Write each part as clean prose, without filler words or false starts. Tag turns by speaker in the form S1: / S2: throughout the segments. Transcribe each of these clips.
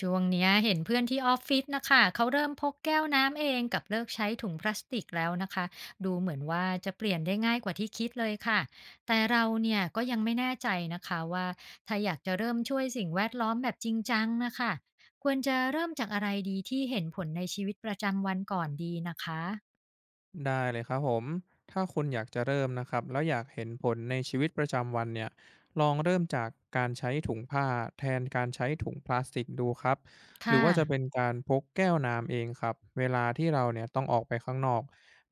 S1: ช่วงเนี้ยเห็นเพื่อนที่ออฟฟิศนะคะเขาเริ่มพกแก้วน้ำเองกับเลิกใช้ถุงพลาสติกแล้วนะคะดูเหมือนว่าจะเปลี่ยนได้ง่ายกว่าที่คิดเลยค่ะแต่เราเนี่ยก็ยังไม่แน่ใจนะคะว่าถ้าอยากจะเริ่มช่วยสิ่งแวดล้อมแบบจริงจังนะคะควรจะเริ่มจากอะไรดีที่เห็นผลในชีวิตประจำวันก่อนดีนะคะ
S2: ได้เลยครับผมถ้าคุณอยากจะเริ่มนะครับแล้วอยากเห็นผลในชีวิตประจำวันเนี่ยลองเริ่มจากการใช้ถุงผ้าแทนการใช้ถุงพลาสติกดูครับหรือ
S1: ค่ะ
S2: ว่าจะเป็นการพกแก้วน้ำเองครับเวลาที่เราเนี่ยต้องออกไปข้างนอก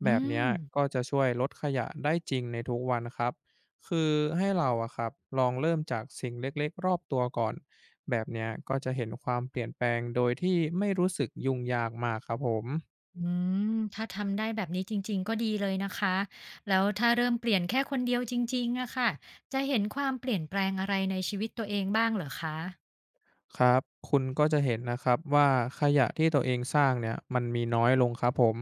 S1: อื
S2: แบบเนี้
S1: ม
S2: ยก็จะช่วยลดขยะได้จริงในทุกวันครับคือให้เราอะครับลองเริ่มจากสิ่งเล็กๆรอบตัวก่อนแบบเนี้ยก็จะเห็นความเปลี่ยนแปลงโดยที่ไม่รู้สึกยุ่งยากมากครับผม
S1: อืมถ้าทำได้แบบนี้จริงๆก็ดีเลยนะคะแล้วถ้าเริ่มเปลี่ยนแค่คนเดียวจริงๆอะค่ะจะเห็นความเปลี่ยนแปลงอะไรในชีวิตตัวเองบ้างเหรอคะ
S2: ครับคุณก็จะเห็นนะครับว่าขยะที่ตัวเองสร้างเนี่ยมันมีน้อยลงครับผม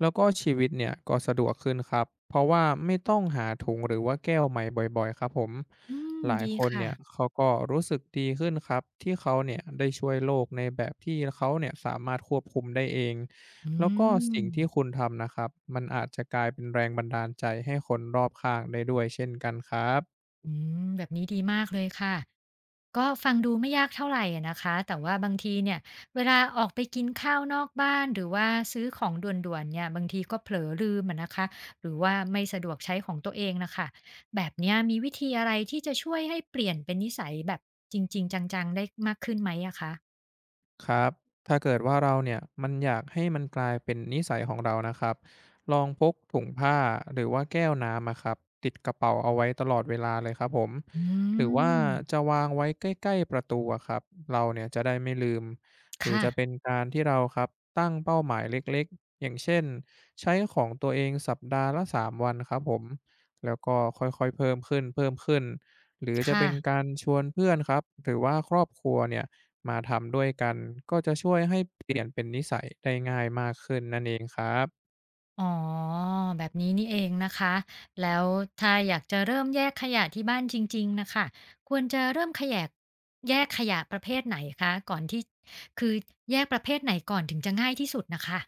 S2: แล้วก็ชีวิตเนี่ยก็สะดวกขึ้นครับเพราะว่าไม่ต้องหาถุงหรือว่าแก้วใหม่บ่อยๆครับผม
S1: อืม
S2: หลาย
S1: ดี
S2: คน
S1: ค่ะ
S2: เนี่ยเขาก็รู้สึกดีขึ้นครับที่เขาเนี่ยได้ช่วยโลกในแบบที่เขาเนี่ยสามารถควบคุมได้เอง
S1: อื
S2: แล้วก็สิ่งที่
S1: ม
S2: คุณทำนะครับมันอาจจะกลายเป็นแรงบันดาลใจให้คนรอบข้างได้ด้วยเช่นกันครับ
S1: อืมแบบนี้ดีมากเลยค่ะ ก็ฟังดูไม่ยากเท่าไหรอะนะคะ แต่ว่าบางทีเนี่ยเวลาออกไปกินข้าวนอกบ้านหรือว่าซื้อของด่วนๆเนี่ยบางทีก็เผลอลืมอะนะคะ หรือว่าไม่สะดวกใช้ของตัวเองนะคะ แบบเนี้ยมีวิธีอะไรที่จะช่วยให้เปลี่ยนเป็นนิสัยแบบจริงๆจังๆได้มากขึ้นไหมอะคะ
S2: ครับถ้าเกิดว่าเราเนี่ยมันอยากให้มันกลายเป็นนิสัยของเรานะครับลองพกถุงผ้าหรือว่าแก้วน้ำอะครับ ติดกระเป๋าเอาไว้ตลอดเวลาเลยครับผม
S1: อื
S2: หรือว่า
S1: ม
S2: จะวางไว้ใกล้ๆประตูอะครับ เราเนี่ยจะได้ไม่ลืม หรือ
S1: ค่ะ
S2: จะเป็นการที่เราครับตั้งเป้าหมายเล็กๆอย่างเช่นใช้ของตัวเองสัปดาห์ละ3วันครับผม แล้วก็ค่อยๆเพิ่มขึ้นๆหรือจะ
S1: ค่ะ
S2: เป็นการชวนเพื่อนครับหรือว่าครอบครัวเนี่ย มาทำด้วยกันก็จะช่วยให้เปลี่ยนเป็นนิสัยได้ง่ายมากขึ้นนั่นเองครับ
S1: อ๋อแบบนี้นี่เองนะคะแล้วถ้าอยากจะเริ่มแยกขยะที่บ้านจริงๆนะคะควรจะเริ่มขยะแยกขยะประเภทไหนคะก่อนที่คือแยกประเภทไหนก่อนถึงจะง่ายที่สุดน่ะค่ะ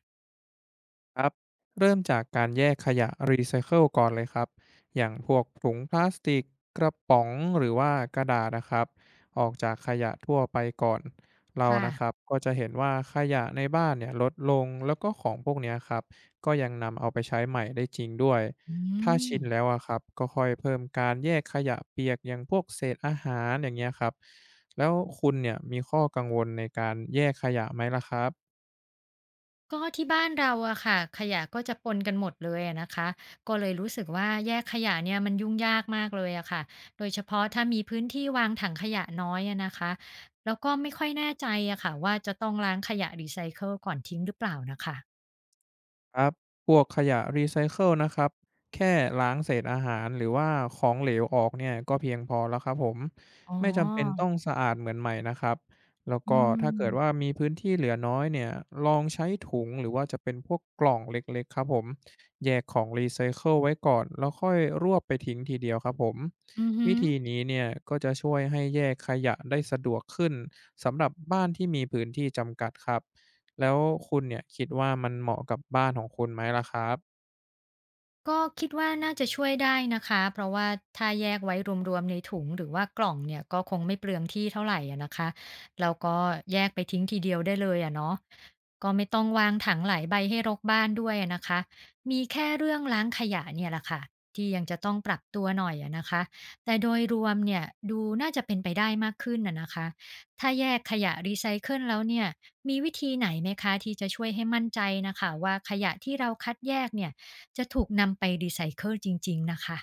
S2: ครับเริ่มจากการแยกขยะรีไซเคิลก่อนเลยครับอย่างพวกถุงพลาสติกกระป๋องหรือว่ากระดาษนะครับออกจากขยะทั่วไปก่อนเรา
S1: ค่ะ
S2: นะครับก็จะเห็นว่าขยะในบ้านเนี่ยลดลงแล้วก็ของพวกเนี้ยครับก็ยังนำเอาไปใช้ใหม่ได้จริงด้วย
S1: อื
S2: ถ้าชินแล้
S1: ม
S2: วอะครับก็ค่อยเพิ่มการแยกขยะเปียกอย่างพวกเศษอาหารอย่างเงี้ยครับแล้วคุณเนี่ยมีข้อกังวลในการแยกขยะไหมล่ะครับ
S1: ก็ที่บ้านเราอะค่ะขยะก็จะปนกันหมดเลยอะนะคะก็เลยรู้สึกว่าแยกขยะเนี่ยมันยุ่งยากมากเลยอะค่ะโดยเฉพาะถ้ามีพื้นที่วางถังขยะน้อยอะนะคะแล้วก็ไม่ค่อยแน่ใจอะค่ะว่าจะต้องล้างขยะรีไซเคิลก่อนทิ้งหรือเปล่านะคะ
S2: ครับพวกขยะรีไซเคิลนะครับแค่ล้างเศษอาหารหรือว่าของเหลวออกเนี่ยก็เพียงพอแล้วครับผม
S1: อ๋
S2: ไม่จำเป็น
S1: อ
S2: ต้องสะอาดเหมือนใหม่นะครับแล้ว
S1: อื
S2: ก็ถ้า
S1: ม
S2: เกิดว่ามีพื้นที่เหลือน้อยเนี่ยลองใช้ถุงหรือว่าจะเป็นพวกกล่องเล็กๆครับผมแยกของรีไซเคิลไว้ก่อนแล้วค่อยรวบไปทิ้งทีเดียวครับผม
S1: อือฮึ
S2: วิธีนี้เนี่ยก็จะช่วยให้แยกขยะได้สะดวกขึ้นสำหรับบ้านที่มีพื้นที่จำกัดครับ แล้วคุณเนี่ยคิดว่ามันเหมาะกับบ้านของคุณไหมล่ะครับ
S1: ก็คิดว่าน่าจะช่วยได้นะคะเพราะว่าถ้าแยกไว้รวมๆในถุงหรือว่ากล่องเนี่ยก็คงไม่เปลืองที่เท่าไหรอะนะคะแล้วก็แยกไปทิ้งทีเดียวได้เลยอะเนาะก็ไม่ต้องวางถังหลายใบให้รกบ้านด้วยอะนะคะมีแค่เรื่องล้างขยะเนี่ยแหละค่ะที่ยังจะต้องปรับตัวหน่อยอะนะคะแต่โดยรวมเนี่ยดูน่าจะเป็นไปได้มากขึ้นอะนะคะถ้าแยกขยะรีไซเคิลแล้วเนี่ยมีวิธีไหนไหมคะที่จะช่วยให้มั่นใจนะคะว่าขยะที่เราคัดแยกเนี่ย จะถูกนำไปรีไซเคิลจริงๆนะคะ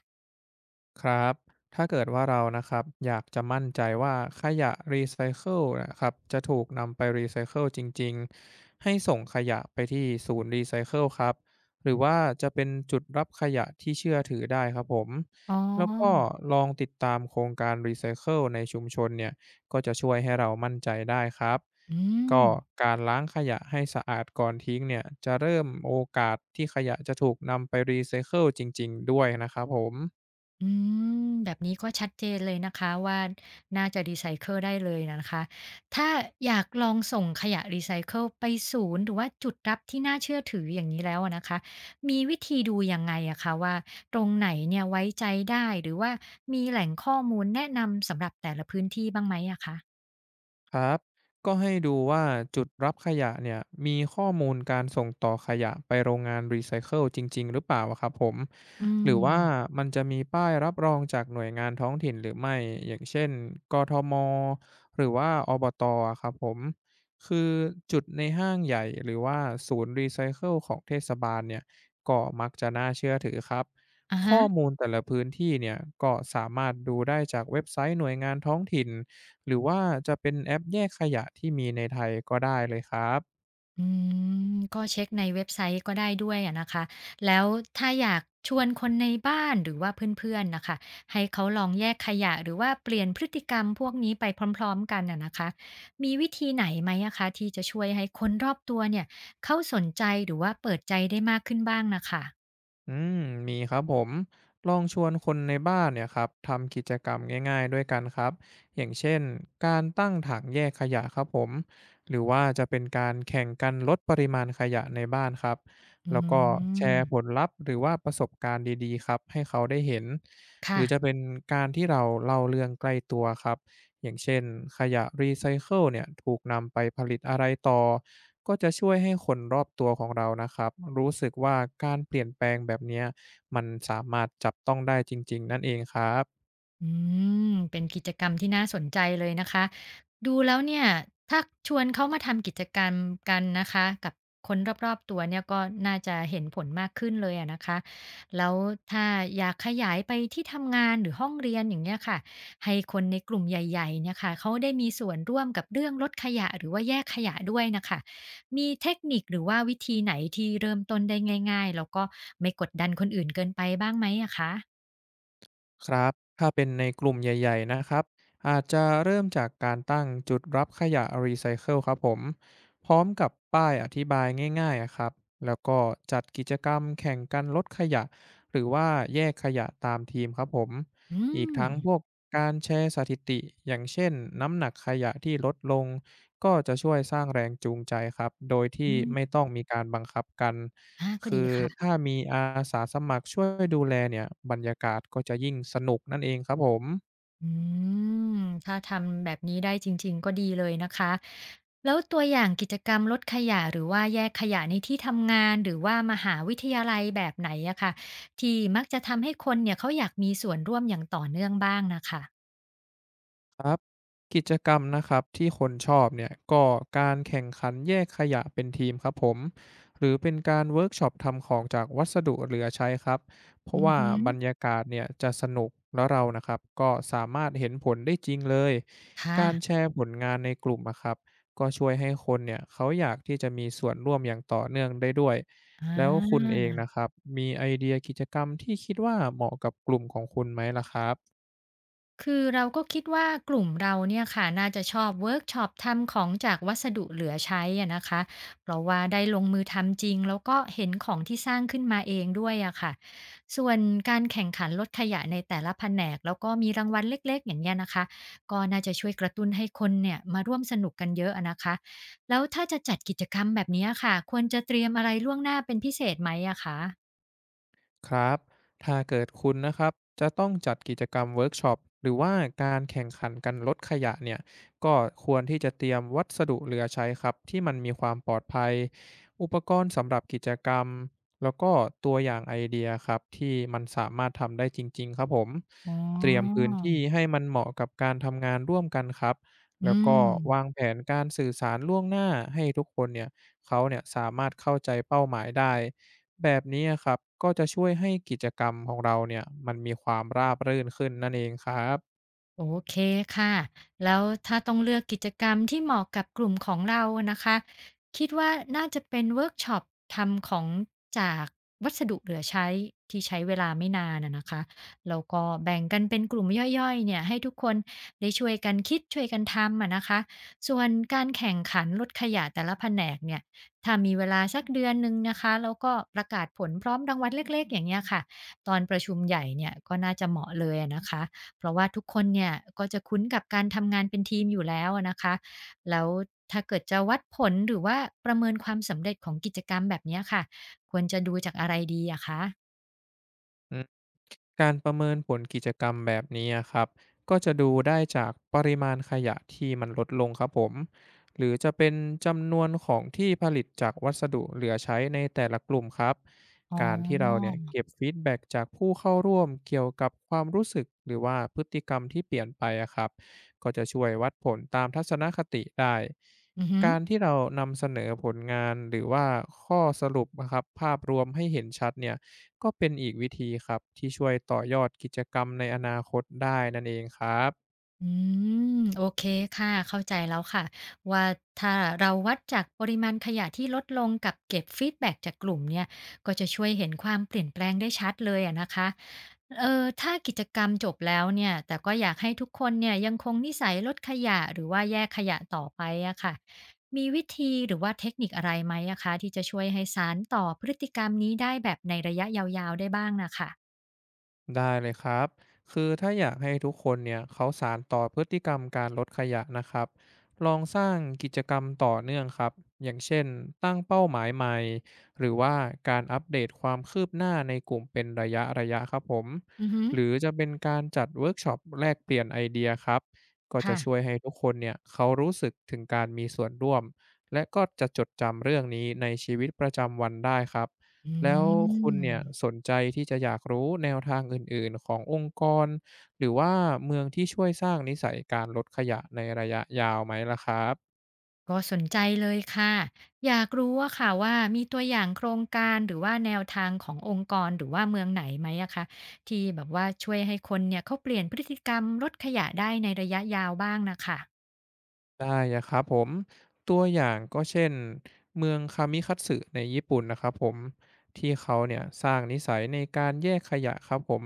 S2: ครับ ถ้าเกิดว่าเรานะครับอยากจะมั่นใจว่าขยะรีไซเคิลนะครับจะถูกนำไปรีไซเคิลจริงๆให้ส่งขยะไปที่ศูนย์รีไซเคิลครับ หรือว่าจะเป็นจุดรับขยะที่เชื่อถือได้ครับผม
S1: อ๋
S2: แล้วก็
S1: อ
S2: ลองติดตามโครงการรีไซเคิลในชุมชนเนี่ย ก็จะช่วยให้เรามั่นใจได้ครับ
S1: อืม
S2: ก็การล้างขยะให้สะอาดก่อนทิ้งเนี่ยจะเริ่มโอกาสที่ขยะจะถูกนำไปรีไซเคิลจริงๆด้วยนะครับผม
S1: อืม แบบนี้ก็ชัดเจนเลยนะคะว่าน่าจะรีไซเคิลได้เลยนะคะ ถ้าอยากลองส่งขยะรีไซเคิลไปศูนย์หรือว่าจุดรับที่น่าเชื่อถืออย่างนี้แล้วอะนะคะ มีวิธีดูยังไงอะคะว่าตรงไหนเนี่ยไว้ใจได้หรือว่ามีแหล่งข้อมูลแนะนำสำหรับแต่ละพื้นที่บ้างไหมอะคะ
S2: ครับก็ให้ดูว่าจุดรับขยะเนี่ยมีข้อมูลการส่งต่อขยะไปโรงงานรีไซเคิลจริงๆหรือเปล่าอะครับผม
S1: อื
S2: ห
S1: ม
S2: รือว่ามันจะมีป้ายรับรองจากหน่วยงานท้องถิ่นหรือไม่อย่างเช่นกทมหรือว่าอบตอะครับผมคือจุดในห้างใหญ่หรือว่าศูนย์รีไซเคิลของเทศบาลเนี่ยก็มักจะน่าเชื่อถือครับ
S1: อะฮะ
S2: ข้อมูลแต่ละพื้นที่เนี่ยก็สามารถดูได้จากเว็บไซต์หน่วยงานท้องถิ่น หรือว่าจะเป็นแอปแยกขยะที่มีในไทยก็ได้เลยครับ
S1: อืมก็เช็คในเว็บไซต์ก็ได้ด้วยอะนะคะแล้วถ้าอยากชวนคนในบ้านหรือว่าเพื่อนๆนะคะให้เขาลองแยกขยะหรือว่าเปลี่ยนพฤติกรรมพวกนี้ไปพร้อมๆกันอะนะคะมีวิธีไหนไหมอะคะที่จะช่วยให้คนรอบตัวเนี่ยเขาสนใจหรือว่าเปิดใจได้มากขึ้นบ้างนะคะ
S2: อืมมีครับผมลองชวนคนในบ้านเนี่ยครับ ทำกิจกรรมง่ายๆด้วยกันครับ อย่างเช่นการตั้งถังแยกขยะครับผม หรือว่าจะเป็นการแข่งกันลดปริมาณขยะในบ้านครับ
S1: อื
S2: แล้วก็แช
S1: ม
S2: ร์ผลลัพธ์หรือว่าประสบการณ์ดีๆครับให้เขาได้เห็น ห
S1: ค่ะ
S2: รือจะเป็นการที่เราเล่าเรื่องใกล้ตัวครับ อย่างเช่นขยะรีไซเคิลเนี่ยถูกนำไปผลิตอะไรต่อก็จะช่วยให้คนรอบตัวของเรานะครับรู้สึกว่าการเปลี่ยนแปลงแบบเนี้ยมันสามารถจับต้องได้จริงๆนั่นเองครับ
S1: อืมเป็นกิจกรรมที่น่าสนใจเลยนะคะ ดูแล้วเนี่ยถ้าชวนเขามาทำกิจกรรมกันนะคะกับคนรอบๆตัวเนี่ยก็น่าจะเห็นผลมากขึ้นเลยอะนะคะ แล้วถ้าอยากขยายไปที่ทำงานหรือห้องเรียนอย่างเงี้ยค่ะให้คนในกลุ่มใหญ่ๆเนี่ยค่ะเขาได้มีส่วนร่วมกับเรื่องลดขยะหรือว่าแยกขยะด้วยนะคะมีเทคนิคหรือว่าวิธีไหนที่เริ่มต้นได้ง่ายๆแล้วก็ไม่กดดันคนอื่นเกินไปบ้างไหมอะคะ
S2: ครับ ถ้าเป็นในกลุ่มใหญ่ๆ นะครับ อาจจะเริ่มจากการตั้งจุดรับขยะรีไซเคิลครับผม พร้อมกับป้ายอธิบายง่ายๆอะครับ แล้วก็จัดกิจกรรมแข่งกันลดขยะ หรือว่าแยกขยะตามทีมครับผม
S1: อื
S2: อีก
S1: ม
S2: ทั้งพวกการแชร์สถิติ อย่างเช่นน้ำหนักขยะที่ลดลง ก็จะช่วยสร้างแรงจูงใจครับ โดยที่
S1: อืม
S2: ไม่ต้องมีการบังคับกัน
S1: อาก็
S2: คื
S1: ดี
S2: อถ้า
S1: ค่ะ
S2: มีอาสาสมัครช่วยดูแลเนี่ยบรรยากาศก็จะยิ่งสนุกนั่นเองครับผม
S1: อืมถ้าทำแบบนี้ได้จริงๆ ก็ดีเลยนะคะ แล้วตัวอย่างกิจกรรมลดขยะหรือว่าแยกขยะในที่ทำงานหรือว่ามหาวิทยาลัยแบบไหนอะค่ะที่มักจะทำให้คนเนี่ยเขาอยากมีส่วนร่วมอย่างต่อเนื่องบ้างน่ะค่ะ
S2: ครับกิจกรรมนะครับที่คนชอบเนี่ยก็การแข่งขันแยกขยะเป็นทีมครับผมหรือเป็นการเวิร์กช็อปทำของจากวัสดุเหลือใช้ครับเพราะ
S1: อือ
S2: ว่า
S1: ฮึ
S2: บรรยากาศเนี่ยจะสนุกแล้วเรานะครับก็สามารถเห็นผลได้จริงเลย
S1: ค่ะ
S2: การแชร์ผลงานในกลุ่มนะครับก็ช่วยให้คนเนี่ยเขาอยากที่จะมีส่วนร่วมอย่างต่อเนื่องได้ด้วย
S1: อ
S2: แล้วคุณเอง
S1: า
S2: นะครับมีไอเดียกิจกรรมที่คิดว่าเหมาะกับกลุ่มของคุณไหมล่ะครับ
S1: คือเราก็คิดว่ากลุ่มเราเนี่ยค่ะน่าจะชอบเวิร์กช็อปทำของจากวัสดุเหลือใช้อะนะคะเพราะว่าได้ลงมือทำจริงแล้วก็เห็นของที่สร้างขึ้นมาเองด้วยอะค่ะส่วนการแข่งขันลดขยะในแต่ละแผนกแล้วก็มีรางวัลเล็กๆอย่างเงี้ยนะคะก็น่าจะช่วยกระตุ้นให้คนเนี่ยมาร่วมสนุกกันเยอะอะนะคะแล้วถ้าจะจัดกิจกรรมแบบเนี้ยค่ะควรจะเตรียมอะไรล่วงหน้าเป็นพิเศษไหมอะคะ
S2: ครับถ้าเกิดคุณนะครับจะต้องจัดกิจกรรมเวิร์กช็อปหรือว่าการแข่งขันกันลดขยะเนี่ยก็ควรที่จะเตรียมวัสดุเหลือใช้ครับที่มันมีความปลอดภัยอุปกรณ์สำหรับกิจกรรมแล้วก็ตัวอย่างไอเดียครับที่มันสามารถทำได้จริงๆครับผม
S1: อ๋
S2: เตรียม
S1: อ
S2: พื้นที่ให้มันเหมาะกับการทำงานร่วมกันครับ
S1: อื
S2: แล้วก็วาง
S1: ม
S2: แผนการสื่อสารล่วงหน้าให้ทุกคนเนี่ยเขาเนี่ยสามารถเข้าใจเป้าหมายได้ แบบนี้อะครับก็จะช่วยให้กิจกรรมของเราเนี่ยมันมีความราบรื่นขึ้นนั่นเองครับ
S1: โอเคค่ะแล้วถ้าต้องเลือกกิจกรรมที่เหมาะกับกลุ่มของเรานะคะ คิดว่าน่าจะเป็นเวิร์กช็อปทำของจากวัสดุเหลือใช้ที่ใช้เวลาไม่นานอะนะคะแล้วก็แบ่งกันเป็นกลุ่มย่อยๆเนี่ยให้ทุกคนได้ช่วยกันคิดช่วยกันทำอะนะคะ ส่วนการแข่งขันลดขยะแต่ละแผนกเนี่ยถ้ามีเวลาสักเดือนหนึ่งนะคะแล้วก็ประกาศผลพร้อมรางวัลเล็กๆอย่างเงี้ยค่ะตอนประชุมใหญ่เนี่ยก็น่าจะเหมาะเลยอะนะคะ เพราะว่าทุกคนเนี่ยก็จะคุ้นกับการทำงานเป็นทีมอยู่แล้วอะนะคะ แล้วถ้าเกิดจะวัดผลหรือว่าประเมินความสำเร็จของกิจกรรมแบบเนี้ยค่ะควรจะดูจากอะไรดีอะคะ
S2: อืมการประเมินผลกิจกรรมแบบนี้อะครับก็จะดูได้จากปริมาณขยะที่มันลดลงครับผมหรือจะเป็นจำนวนของที่ผลิตจากวัสดุเหลือใช้ในแต่ละกลุ่มครับ
S1: อ๋
S2: การที่เรา
S1: อ
S2: เนี่ยเก็บฟีดแบ็กจากผู้เข้าร่วมเกี่ยวกับความรู้สึกหรือว่าพฤติกรรมที่เปลี่ยนไปอะครับก็จะช่วยวัดผลตามทัศนคติได้
S1: อือฮึ
S2: การที่เรานำเสนอผลงานหรือว่าข้อสรุปนะครับภาพรวมให้เห็นชัดเนี่ย ก็เป็นอีกวิธีครับที่ช่วยต่อยอดกิจกรรมในอนาคตได้นั่นเองครับ
S1: อืมโอเคค่ะเข้าใจแล้วค่ะว่าถ้าเราวัดจากปริมาณขยะที่ลดลงกับเก็บฟีดแบ็กจากกลุ่มเนี่ยก็จะช่วยเห็นความเปลี่ยนแปลงได้ชัดเลยอะนะคะถ้ากิจกรรมจบแล้วเนี่ยแต่ก็อยากให้ทุกคนเนี่ยยังคงนิสัยลดขยะหรือว่าแยกขยะต่อไปอะค่ะมีวิธีหรือว่าเทคนิคอะไรไหมอะคะที่จะช่วยให้สานต่อพฤติกรรมนี้ได้แบบในระยะยาวๆได้บ้างนะค่ะ
S2: ได้เลยครับ คือถ้าอยากให้ทุกคนเนี่ยเขาสานต่อพฤติกรรมการลดขยะนะครับ ลองสร้างกิจกรรมต่อเนื่องครับอย่างเช่นตั้งเป้าหมายใหม่หรือว่าการอัปเดตความคืบหน้าในกลุ่มเป็นระยะครับผม
S1: อือฮึ
S2: หรือจะเป็นการจัดเวิร์กช็อปแลกเปลี่ยนไอเดียครับก็จะ
S1: ค่ะ
S2: ช่วยให้ทุกคนเนี่ยเขารู้สึกถึงการมีส่วนร่วมและก็จะจดจำเรื่องนี้ในชีวิตประจำวันได้ครับ
S1: อื
S2: แล้วคุณ
S1: ม
S2: เนี่ยสนใจที่จะอยากรู้แนวทางอื่นๆขององค์กรหรือว่าเมืองที่ช่วยสร้างนิสัยการลดขยะในระยะยาวไหมล่ะครับ
S1: ก็สนใจเลยค่ะอยากรู้ว่าค่ะว่ามีตัวอย่างโครงการหรือว่าแนวทางขององค์กรหรือว่าเมืองไหนไหมอะคะที่แบบว่าช่วยให้คนเนี่ยเขาเปลี่ยนพฤติกรรมลดขยะได้ในระยะยาวบ้างนะคะ
S2: ได้อะครับผมตัวอย่างก็เช่นเมืองคามิคัตสึในญี่ปุ่นนะครับผมที่เขาเนี่ยสร้างนิสัยในการแยกขยะครับผม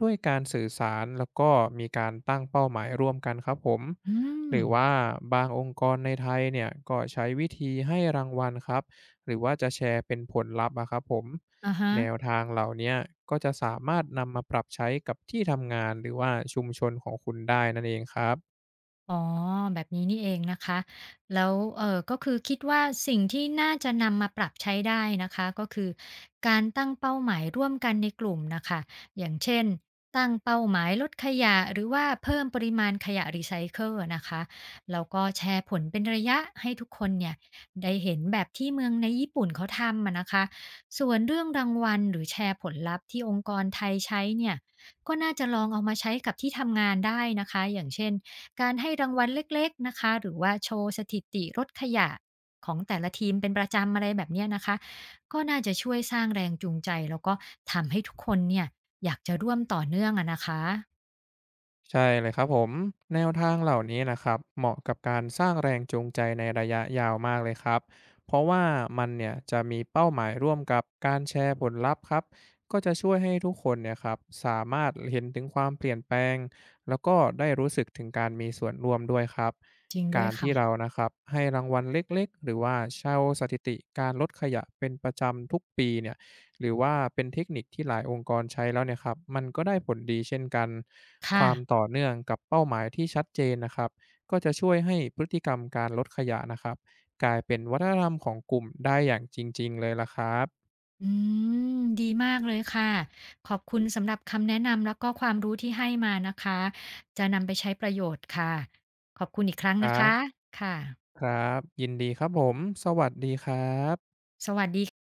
S2: ด้วยการสื่อสารแล้วก็มีการตั้งเป้าหมายร่วมกันครับผม
S1: อื
S2: ห
S1: ม
S2: รือว่าบางองค์กรในไทยเนี่ยก็ใช้วิธีให้รางวัลครับหรือว่าจะแชร์เป็นผลลัพธ์อะครับผม
S1: อะฮะ
S2: แนวทางเหล่าเนี้ยก็จะสามารถนำมาปรับใช้กับที่ทำงานหรือว่าชุมชนของคุณได้นั่นเองครับ
S1: อ๋อแบบนี้นี่เองนะคะแล้วก็คือคิดว่าสิ่งที่น่าจะนำมาปรับใช้ได้นะคะก็คือการตั้งเป้าหมายร่วมกันในกลุ่มน่ะค่ะอย่างเช่นตั้งเป้าหมายลดขยะหรือว่าเพิ่มปริมาณขยะรีไซเคิลอะนะคะแล้วก็แชร์ผลเป็นระยะให้ทุกคนเนี่ยได้เห็นแบบที่เมืองในญี่ปุ่นเขาทำอะนะคะส่วนเรื่องรางวัลหรือแชร์ผลลัพธ์ที่องค์กรไทยใช้เนี่ยก็น่าจะลองเอามาใช้กับที่ทำงานได้นะคะอย่างเช่น การให้รางวัลเล็กๆนะคะหรือว่าโชว์สถิติรถขยะของแต่ละทีมเป็นประจำอะไรแบบเนี้ยนะคะก็น่าจะช่วยสร้างแรงจูงใจแล้วก็ทำให้ทุกคนเนี่ยอยากจะร่วมต่อเนื่องอะนะคะ
S2: ใช่เลยครับผมแนวทางเหล่านี้นะครับเหมาะกับการสร้างแรงจูงใจในระยะยาวมากเลยครับเพราะว่ามันเนี่ยจะมีเป้าหมายร่วมกับการแชร์ผลลัพธ์ครับก็จะช่วยให้ทุกคนเนี่ยครับสามารถเห็นถึงความเปลี่ยนแปลงแล้วก็ได้รู้สึกถึงการมีส่วนร่วมด้วยครับ
S1: จริงด้ว
S2: กา
S1: ย
S2: รที่เรา
S1: ค่ะ
S2: นะครับให้รางวัลเล็กๆหรือว่าเช่าสถิติการลดขยะเป็นประจำทุกปีเนี่ย หรือว่าเป็นเทคนิคที่หลายองค์กรใช้แล้วเนี่ยครับมันก็ได้ผลดีเช่นกันค
S1: ค่ะ
S2: วามต่อเนื่องกับเป้าหมายที่ชัดเจนนะครับก็จะช่วยให้พฤติกรรมการลดขยะนะครับกลายเป็นวัฒนธรรมของกลุ่มได้อย่างจริงๆเลยล่ะครับ
S1: อืมดีมากเลยค่ะขอบคุณสำหรับคำแนะนำแล้วก็ความรู้ที่ให้มานะคะจะนำไปใช้ประโยชน์ค่ะขอบคุณอีกครั้ง
S2: ครั
S1: นะคะ
S2: บ
S1: ค่ะ
S2: ครับยินดีครับผมสวัสดีครับ
S1: สวัสดี